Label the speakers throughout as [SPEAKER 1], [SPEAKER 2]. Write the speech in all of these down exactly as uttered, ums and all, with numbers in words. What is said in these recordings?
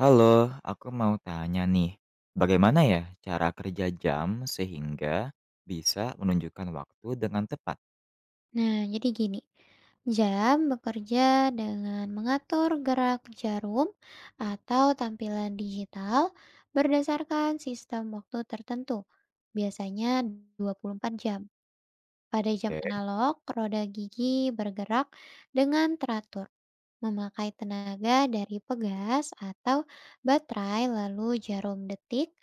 [SPEAKER 1] Halo, aku mau tanya nih, bagaimana ya cara kerja jam sehingga bisa menunjukkan waktu dengan tepat?
[SPEAKER 2] Nah, jadi gini, jam bekerja dengan mengatur gerak jarum atau tampilan digital berdasarkan sistem waktu tertentu, biasanya dua puluh empat jam. Pada jam
[SPEAKER 1] Oke.
[SPEAKER 2] analog, roda gigi bergerak dengan teratur, memakai tenaga dari pegas atau baterai, lalu jarum detik,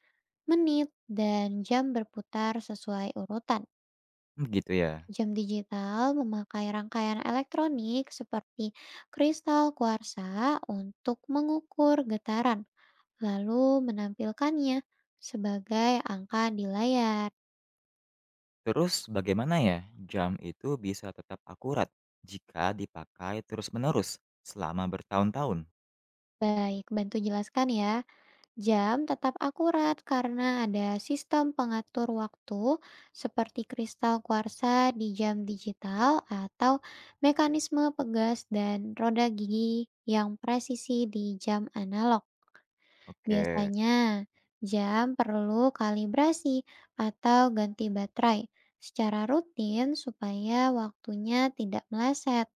[SPEAKER 2] menit, dan jam berputar sesuai urutan.
[SPEAKER 1] Hmm, Gitu ya.
[SPEAKER 2] Jam digital memakai rangkaian elektronik seperti kristal kuarsa untuk mengukur getaran, lalu menampilkannya sebagai angka di layar.
[SPEAKER 1] Terus bagaimana ya jam itu bisa tetap akurat jika dipakai terus-menerus selama bertahun-tahun?
[SPEAKER 2] Baik, bantu jelaskan ya. Jam tetap akurat karena ada sistem pengatur waktu seperti kristal kuarsa di jam digital atau mekanisme pegas dan roda gigi yang presisi di jam analog.
[SPEAKER 1] Oke,
[SPEAKER 2] Biasanya, jam perlu kalibrasi atau ganti baterai secara rutin supaya waktunya tidak meleset.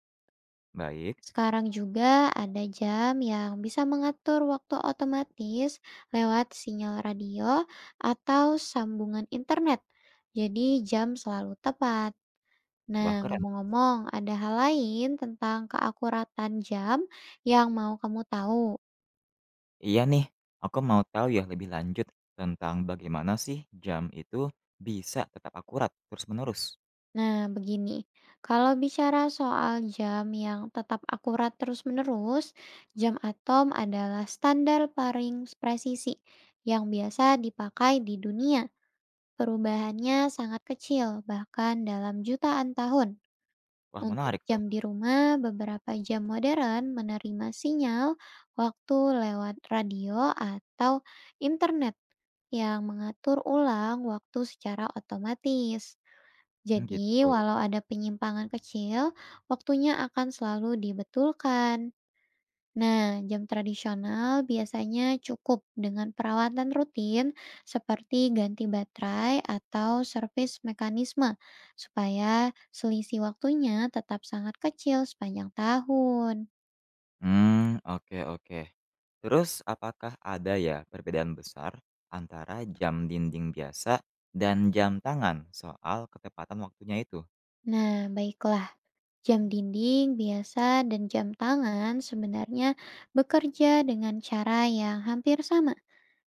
[SPEAKER 1] baik.
[SPEAKER 2] Sekarang juga ada jam yang bisa mengatur waktu otomatis lewat sinyal radio atau sambungan internet. Jadi jam selalu tepat. Nah,
[SPEAKER 1] Wah, keren.
[SPEAKER 2] ngomong-ngomong, ada hal lain tentang keakuratan jam yang mau kamu tahu?
[SPEAKER 1] Iya nih, aku mau tahu ya lebih lanjut tentang bagaimana sih jam itu bisa tetap akurat terus-menerus.
[SPEAKER 2] Nah, begini, kalau bicara soal jam yang tetap akurat terus-menerus, jam atom adalah standar paling presisi yang biasa dipakai di dunia. Perubahannya sangat kecil, bahkan dalam jutaan tahun.
[SPEAKER 1] Wah,
[SPEAKER 2] Untuk
[SPEAKER 1] menarik tuh.
[SPEAKER 2] jam di rumah, beberapa jam modern menerima sinyal waktu lewat radio atau internet yang mengatur ulang waktu secara otomatis.
[SPEAKER 1] Hmm,
[SPEAKER 2] Jadi,
[SPEAKER 1] Gitu.
[SPEAKER 2] walau ada penyimpangan kecil, waktunya akan selalu dibetulkan. Nah, jam tradisional biasanya cukup dengan perawatan rutin seperti ganti baterai atau servis mekanisme, supaya selisih waktunya tetap sangat kecil sepanjang tahun.
[SPEAKER 1] Hmm, oke, oke. Terus apakah ada ya perbedaan besar antara jam dinding biasa dan jam tangan soal ketepatan waktunya itu?
[SPEAKER 2] Nah, baiklah, jam dinding biasa dan jam tangan sebenarnya bekerja dengan cara yang hampir sama.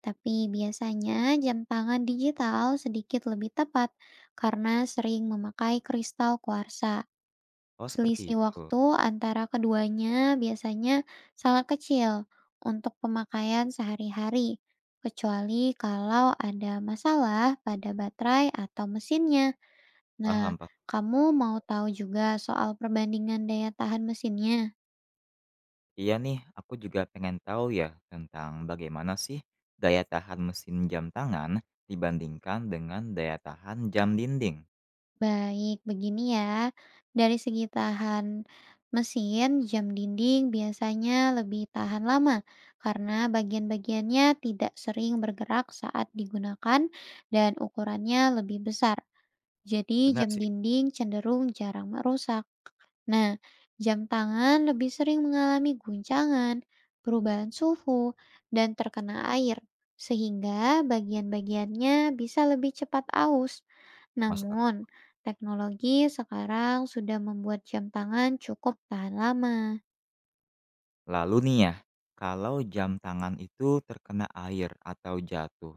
[SPEAKER 2] Tapi biasanya jam tangan digital sedikit lebih tepat karena sering memakai kristal kuarsa.
[SPEAKER 1] Oh seperti
[SPEAKER 2] Selisih
[SPEAKER 1] itu,
[SPEAKER 2] waktu antara keduanya biasanya sangat kecil untuk pemakaian sehari-hari, kecuali kalau ada masalah pada baterai atau mesinnya. Nah,
[SPEAKER 1] paham pak.
[SPEAKER 2] kamu mau tahu juga soal perbandingan daya tahan mesinnya?
[SPEAKER 1] Iya nih, aku juga pengen tahu ya tentang bagaimana sih daya tahan mesin jam tangan dibandingkan dengan daya tahan jam dinding.
[SPEAKER 2] Baik, begini ya. Dari segi tahan mesin, jam dinding biasanya lebih tahan lama karena bagian-bagiannya tidak sering bergerak saat digunakan dan ukurannya lebih besar. Jadi,
[SPEAKER 1] Benar
[SPEAKER 2] jam
[SPEAKER 1] sih,
[SPEAKER 2] dinding cenderung jarang merusak. Nah, jam tangan lebih sering mengalami guncangan, perubahan suhu, dan terkena air, sehingga bagian-bagiannya bisa lebih cepat aus.
[SPEAKER 1] masuk
[SPEAKER 2] Namun,
[SPEAKER 1] akal.
[SPEAKER 2] teknologi sekarang sudah membuat jam tangan cukup tahan lama.
[SPEAKER 1] Lalu nih ya, kalau jam tangan itu terkena air atau jatuh,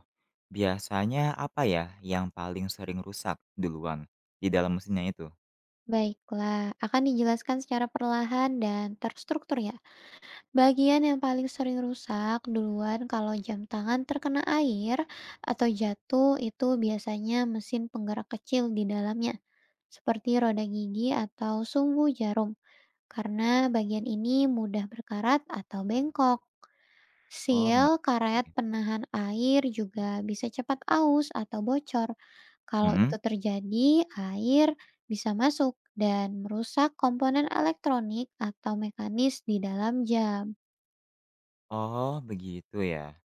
[SPEAKER 1] biasanya apa ya yang paling sering rusak duluan di dalam mesinnya itu?
[SPEAKER 2] Baiklah, akan dijelaskan secara perlahan dan terstruktur ya. Bagian yang paling sering rusak duluan kalau jam tangan terkena air atau jatuh itu biasanya mesin penggerak kecil di dalamnya, seperti roda gigi atau sumbu jarum, karena bagian ini mudah berkarat atau bengkok.
[SPEAKER 1] Oh,
[SPEAKER 2] Seal,
[SPEAKER 1] mengerti.
[SPEAKER 2] karet
[SPEAKER 1] Mengerti.
[SPEAKER 2] penahan air juga bisa cepat aus atau bocor. Kalau
[SPEAKER 1] Mhm.
[SPEAKER 2] itu terjadi, air bisa masuk dan merusak komponen elektronik atau mekanis di dalam jam.
[SPEAKER 1] Oh, begitu ya.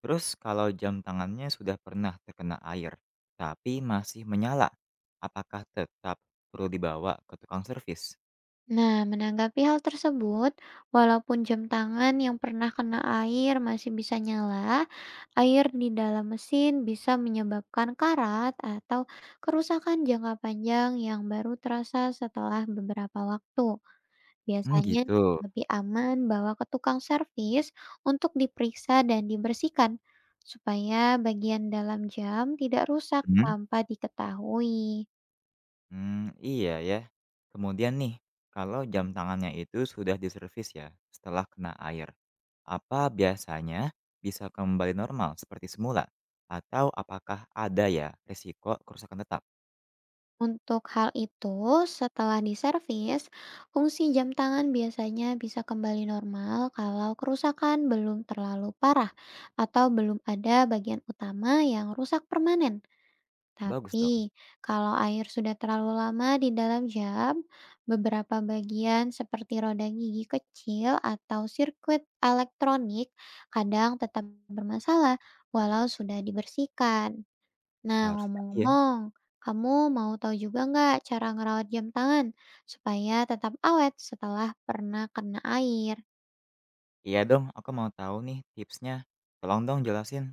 [SPEAKER 1] Terus kalau jam tangannya sudah pernah terkena air, tapi masih menyala, apakah tetap perlu dibawa ke tukang servis?
[SPEAKER 2] Nah, menanggapi hal tersebut, walaupun jam tangan yang pernah kena air masih bisa nyala, air di dalam mesin bisa menyebabkan karat atau kerusakan jangka panjang yang baru terasa setelah beberapa waktu.
[SPEAKER 1] Hmm,
[SPEAKER 2] Biasanya
[SPEAKER 1] gitu.
[SPEAKER 2] lebih aman bawa ke tukang servis untuk diperiksa dan dibersihkan supaya bagian dalam jam tidak rusak
[SPEAKER 1] Mhm.
[SPEAKER 2] tanpa diketahui.
[SPEAKER 1] Mmm, iya ya. Kemudian nih, kalau jam tangannya itu sudah diservis ya, setelah kena air, apa biasanya bisa kembali normal seperti semula? Atau apakah ada ya resiko kerusakan tetap?
[SPEAKER 2] Untuk hal itu, setelah diservis, fungsi jam tangan biasanya bisa kembali normal kalau kerusakan belum terlalu parah atau belum ada bagian utama yang rusak permanen.
[SPEAKER 1] Bagus dong,
[SPEAKER 2] Tapi, kalau air sudah terlalu lama di dalam jam, beberapa bagian seperti roda gigi kecil atau sirkuit elektronik kadang tetap bermasalah walau sudah dibersihkan. Nah,
[SPEAKER 1] harusnya iya.
[SPEAKER 2] ngomong-ngomong, kamu mau tahu juga nggak cara ngerawat jam tangan supaya tetap awet setelah pernah kena air?
[SPEAKER 1] Iya dong, aku mau tahu nih tipsnya. Tolong dong jelasin.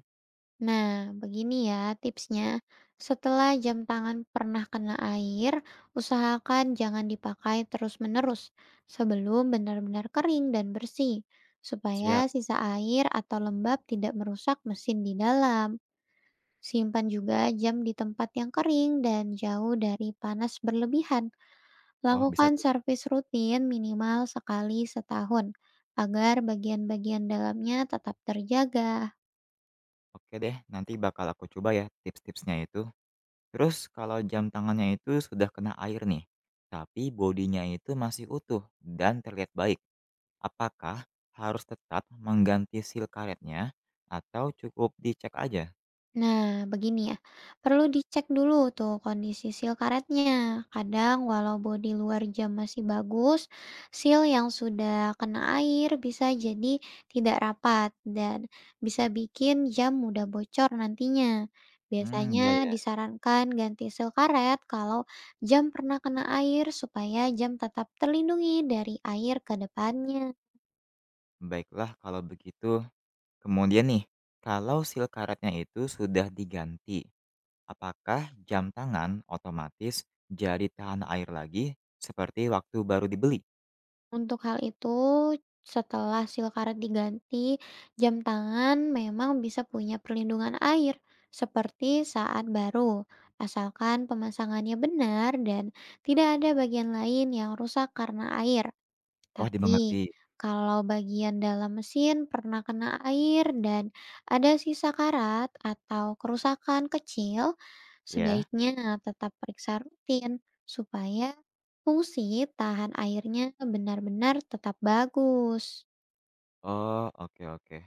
[SPEAKER 2] Nah, begini ya tipsnya. Setelah jam tangan pernah kena air, usahakan jangan dipakai terus-menerus sebelum benar-benar kering dan bersih, supaya
[SPEAKER 1] Siap.
[SPEAKER 2] sisa air atau lembab tidak merusak mesin di dalam. Simpan juga jam di tempat yang kering dan jauh dari panas berlebihan.
[SPEAKER 1] Oh bisa
[SPEAKER 2] Lakukan
[SPEAKER 1] tuh.
[SPEAKER 2] servis rutin minimal sekali setahun agar bagian-bagian dalamnya tetap terjaga.
[SPEAKER 1] Oke deh, nanti bakal aku coba ya tips-tipsnya itu. Terus kalau jam tangannya itu sudah kena air nih, tapi bodinya itu masih utuh dan terlihat baik. Apakah harus tetap mengganti sil karetnya atau cukup dicek aja?
[SPEAKER 2] Nah, begini ya, perlu dicek dulu tuh kondisi seal karetnya. Kadang walau bodi luar jam masih bagus, seal yang sudah kena air bisa jadi tidak rapat dan bisa bikin jam mudah bocor nantinya.
[SPEAKER 1] Hmm, ya
[SPEAKER 2] Biasanya
[SPEAKER 1] ya,
[SPEAKER 2] disarankan ganti seal karet kalau jam pernah kena air supaya jam tetap terlindungi dari air ke depannya.
[SPEAKER 1] baiklah kalau begitu. Kemudian nih, kalau sil karetnya itu sudah diganti, apakah jam tangan otomatis jadi tahan air lagi seperti waktu baru dibeli?
[SPEAKER 2] Untuk hal itu, setelah silkaret diganti, jam tangan memang bisa punya perlindungan air, seperti saat baru, asalkan pemasangannya benar dan tidak ada bagian lain yang rusak karena air.
[SPEAKER 1] Oh
[SPEAKER 2] Tapi,
[SPEAKER 1] dimengerti,
[SPEAKER 2] kalau bagian dalam mesin pernah kena air dan ada sisa karat atau kerusakan kecil,
[SPEAKER 1] ya.
[SPEAKER 2] sebaiknya tetap periksa rutin supaya fungsi tahan airnya benar-benar tetap bagus.
[SPEAKER 1] Oh, oke oke.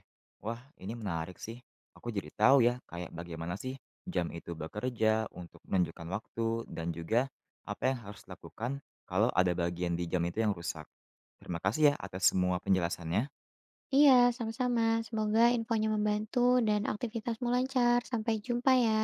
[SPEAKER 1] Wah, ini menarik sih. Aku jadi tahu ya kayak bagaimana sih jam itu bekerja untuk menunjukkan waktu dan juga apa yang harus dilakukan kalau ada bagian di jam itu yang rusak. Terima kasih ya atas semua penjelasannya.
[SPEAKER 2] Iya, sama-sama. Semoga infonya membantu dan aktivitasmu lancar. Sampai jumpa ya.